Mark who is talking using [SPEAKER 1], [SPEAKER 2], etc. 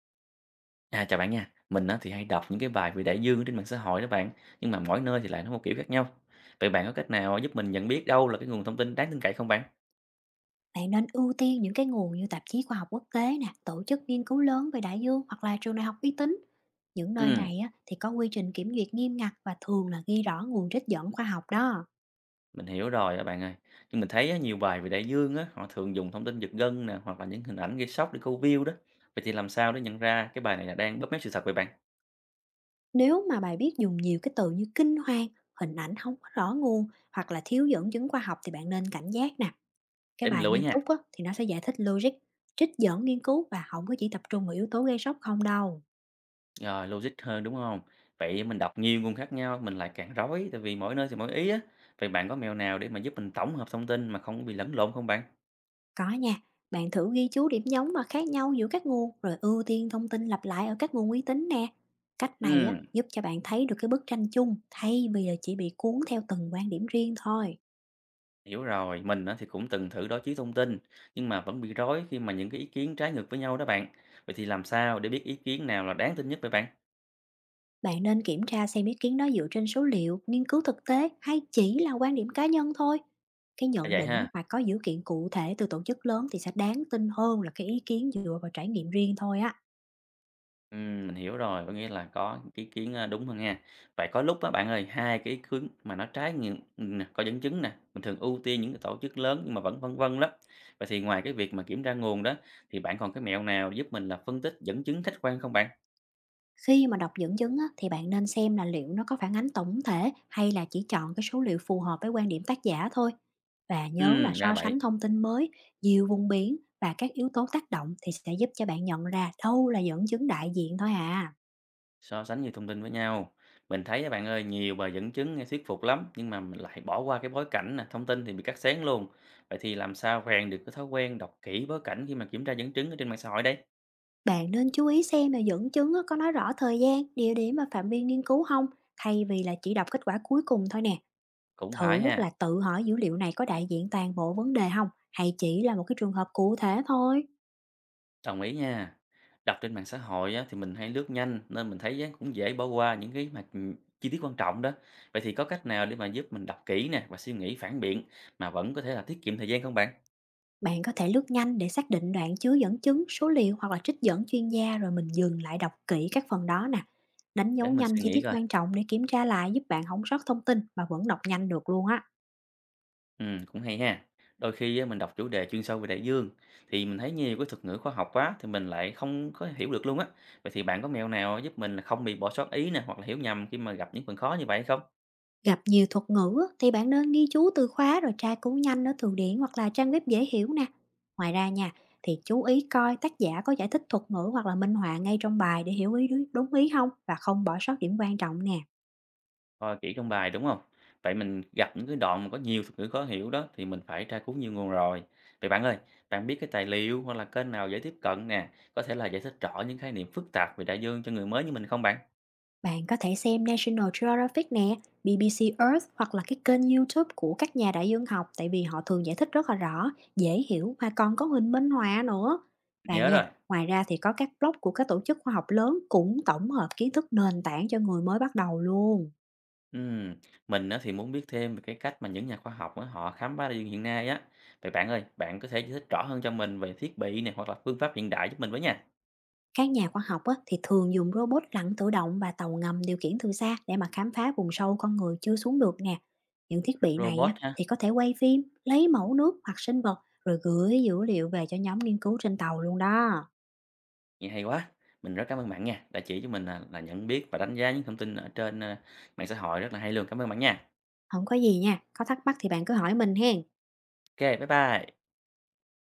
[SPEAKER 1] À, chào bạn nha. Mình á, thì hay đọc những cái bài về đại dương ở trên mạng xã hội đó bạn, nhưng mà mỗi nơi thì lại nó một kiểu khác nhau. Vậy bạn có cách nào giúp mình nhận biết đâu là cái nguồn thông tin đáng tin cậy không bạn?
[SPEAKER 2] Bạn nên ưu tiên những cái nguồn như tạp chí khoa học quốc tế nè, tổ chức nghiên cứu lớn về đại dương hoặc là trường đại học uy tín. Những nơi
[SPEAKER 1] Ừ,
[SPEAKER 2] này á, thì có quy trình kiểm duyệt nghiêm ngặt và thường là ghi rõ nguồn trích dẫn khoa học đó.
[SPEAKER 1] mình hiểu rồi đó bạn ơi. Nhưng mình thấy á, nhiều bài về đại dương á, họ thường dùng thông tin giật gân nè, hoặc là những hình ảnh gây sốc để câu view đó. Vậy thì làm sao để nhận ra cái bài này là đang bóp méo sự thật vậy bạn?
[SPEAKER 2] Nếu mà bài viết dùng nhiều cái từ như kinh hoàng, hình ảnh không có rõ nguồn hoặc là thiếu dẫn chứng khoa học thì bạn nên cảnh giác nè. Cái
[SPEAKER 1] Để mình
[SPEAKER 2] bài
[SPEAKER 1] lưu ý
[SPEAKER 2] nghiêm
[SPEAKER 1] nha.
[SPEAKER 2] túc á, thì nó sẽ giải thích logic, trích dẫn nghiên cứu và không có chỉ tập trung vào yếu tố gây sốc không đâu.
[SPEAKER 1] Rồi, logic hơn đúng không? Vậy mình đọc nhiều nguồn khác nhau, mình lại càng rối, tại vì mỗi nơi thì mỗi ý á. Vậy bạn có mẹo nào để mà giúp mình tổng hợp thông tin mà không bị lẫn lộn không bạn?
[SPEAKER 2] Có nha, bạn thử ghi chú điểm giống và khác nhau giữa các nguồn rồi ưu tiên thông tin lặp lại ở các nguồn uy tín nè. Cách này
[SPEAKER 1] Ừ.
[SPEAKER 2] á, giúp cho bạn thấy được cái bức tranh chung thay vì là chỉ bị cuốn theo từng quan điểm riêng thôi.
[SPEAKER 1] Hiểu rồi, mình á thì cũng từng thử đối chiếu thông tin, nhưng mà vẫn bị rối khi mà những cái ý kiến trái ngược với nhau đó bạn. Vậy thì làm sao để biết ý kiến nào là đáng tin nhất vậy bạn?
[SPEAKER 2] Bạn nên kiểm tra xem ý kiến đó dựa trên số liệu, nghiên cứu thực tế hay chỉ là quan điểm cá nhân thôi. Cái
[SPEAKER 1] À
[SPEAKER 2] nhận
[SPEAKER 1] vậy ha,
[SPEAKER 2] định mà có dữ kiện cụ thể từ tổ chức lớn thì sẽ đáng tin hơn là cái ý kiến dựa vào trải nghiệm riêng thôi á.
[SPEAKER 1] Mình hiểu rồi, có nghĩa là có cái ý kiến à, đúng hơn ha. Vậy có lúc á bạn ơi, hai cái ý kiến mà nó trái ngược, nè, có dẫn chứng nè, mình thường ưu tiên những cái tổ chức lớn nhưng mà vẫn vân vân lắm. Vậy thì ngoài cái việc mà kiểm tra nguồn đó, thì bạn còn cái mẹo nào giúp mình là phân tích dẫn chứng khách quan không bạn?
[SPEAKER 2] Khi mà đọc dẫn chứng á, thì bạn nên xem là liệu nó có phản ánh tổng thể hay là chỉ chọn cái số liệu phù hợp với quan điểm tác giả thôi. Và nhớ
[SPEAKER 1] Ừ,
[SPEAKER 2] là
[SPEAKER 1] ra
[SPEAKER 2] so
[SPEAKER 1] vậy.
[SPEAKER 2] sánh thông tin mới, nhiều vùng biển và các yếu tố tác động thì sẽ giúp cho bạn nhận ra đâu là dẫn chứng đại diện thôi à.
[SPEAKER 1] So sánh nhiều thông tin với nhau, mình thấy các bạn ơi nhiều bài dẫn chứng nghe thuyết phục lắm nhưng mà mình lại bỏ qua cái bối cảnh nè, thông tin thì bị cắt xén luôn. Vậy thì làm sao rèn được cái thói quen đọc kỹ bối cảnh khi mà kiểm tra dẫn chứng ở trên mạng xã hội đây?
[SPEAKER 2] Bạn nên chú ý xem là dẫn chứng á, có nói rõ thời gian, địa điểm và phạm vi nghiên cứu không, thay vì là chỉ đọc kết quả cuối cùng thôi nè.
[SPEAKER 1] Cũng phải
[SPEAKER 2] Thử á, là
[SPEAKER 1] ha,
[SPEAKER 2] tự hỏi dữ liệu này có đại diện toàn bộ vấn đề không, hay chỉ là một cái trường hợp cụ thể thôi.
[SPEAKER 1] đồng ý nha. Đọc trên mạng xã hội á, thì mình hay lướt nhanh nên mình thấy á, cũng dễ bỏ qua những cái mà chi tiết quan trọng đó. Vậy thì có cách nào để mà giúp mình đọc kỹ nè và suy nghĩ phản biện mà vẫn có thể là tiết kiệm thời gian không bạn?
[SPEAKER 2] Bạn có thể lướt nhanh để xác định đoạn chứa dẫn chứng, số liệu hoặc là trích dẫn chuyên gia rồi mình dừng lại đọc kỹ các phần đó nè. Đánh
[SPEAKER 1] Để
[SPEAKER 2] dấu
[SPEAKER 1] mình
[SPEAKER 2] nhanh
[SPEAKER 1] suy
[SPEAKER 2] chi
[SPEAKER 1] nghĩ
[SPEAKER 2] tiết
[SPEAKER 1] coi.
[SPEAKER 2] quan trọng để kiểm tra lại giúp bạn không sót thông tin mà vẫn đọc nhanh được luôn á.
[SPEAKER 1] Ừ, cũng hay ha. Đôi khi á, mình đọc chủ đề chuyên sâu về đại dương thì mình thấy nhiều cái thuật ngữ khoa học quá thì mình lại không có hiểu được luôn á. Vậy thì bạn có mẹo nào giúp mình là không bị bỏ sót ý nè hoặc là hiểu nhầm khi mà gặp những phần khó như vậy không?
[SPEAKER 2] Gặp nhiều thuật ngữ á, thì bạn nên ghi chú từ khóa rồi tra cứu nhanh ở từ điển hoặc là trang web dễ hiểu nè. Ngoài ra nha, thì chú ý coi tác giả có giải thích thuật ngữ hoặc là minh họa ngay trong bài để hiểu ý đúng ý không và không bỏ sót điểm quan trọng nè.
[SPEAKER 1] Coi kỹ trong bài đúng không? Vậy mình gặp những cái đoạn mà có nhiều thuật ngữ khó hiểu đó thì mình phải tra cứu nhiều nguồn rồi. Vậy bạn ơi, bạn biết cái tài liệu hoặc là kênh nào dễ tiếp cận nè, có thể là giải thích rõ những khái niệm phức tạp về đại dương cho người mới như mình không bạn?
[SPEAKER 2] Bạn có thể xem National Geographic nè, BBC Earth hoặc là cái kênh YouTube của các nhà đại dương học, tại vì họ thường giải thích rất là rõ, dễ hiểu và còn có hình minh họa nữa. Và
[SPEAKER 1] Nhớ
[SPEAKER 2] nha,
[SPEAKER 1] rồi.
[SPEAKER 2] ngoài ra thì có các blog của các tổ chức khoa học lớn cũng tổng hợp kiến thức nền tảng cho người mới bắt đầu luôn.
[SPEAKER 1] Ừm, mình á thì muốn biết thêm về cái cách mà những nhà khoa học á, họ khám phá đại dương hiện nay á. Vậy bạn ơi, bạn có thể giải thích rõ hơn cho mình về thiết bị này hoặc là phương pháp hiện đại giúp mình với nha.
[SPEAKER 2] Các nhà khoa học á, thì thường dùng robot lặn tự động và tàu ngầm điều khiển từ xa để mà khám phá vùng sâu con người chưa xuống được nè. Những thiết bị này
[SPEAKER 1] Robot
[SPEAKER 2] á,
[SPEAKER 1] ha,
[SPEAKER 2] thì có thể quay phim, lấy mẫu nước hoặc sinh vật rồi gửi dữ liệu về cho nhóm nghiên cứu trên tàu luôn đó.
[SPEAKER 1] vậy hay quá. Mình rất cảm ơn bạn nha, đã chỉ cho mình là nhận biết và đánh giá những thông tin ở trên à, mạng xã hội rất là hay luôn. Cảm ơn bạn nha.
[SPEAKER 2] Không có gì nha, có thắc mắc thì bạn cứ hỏi mình hen.
[SPEAKER 1] Ok, bye bye.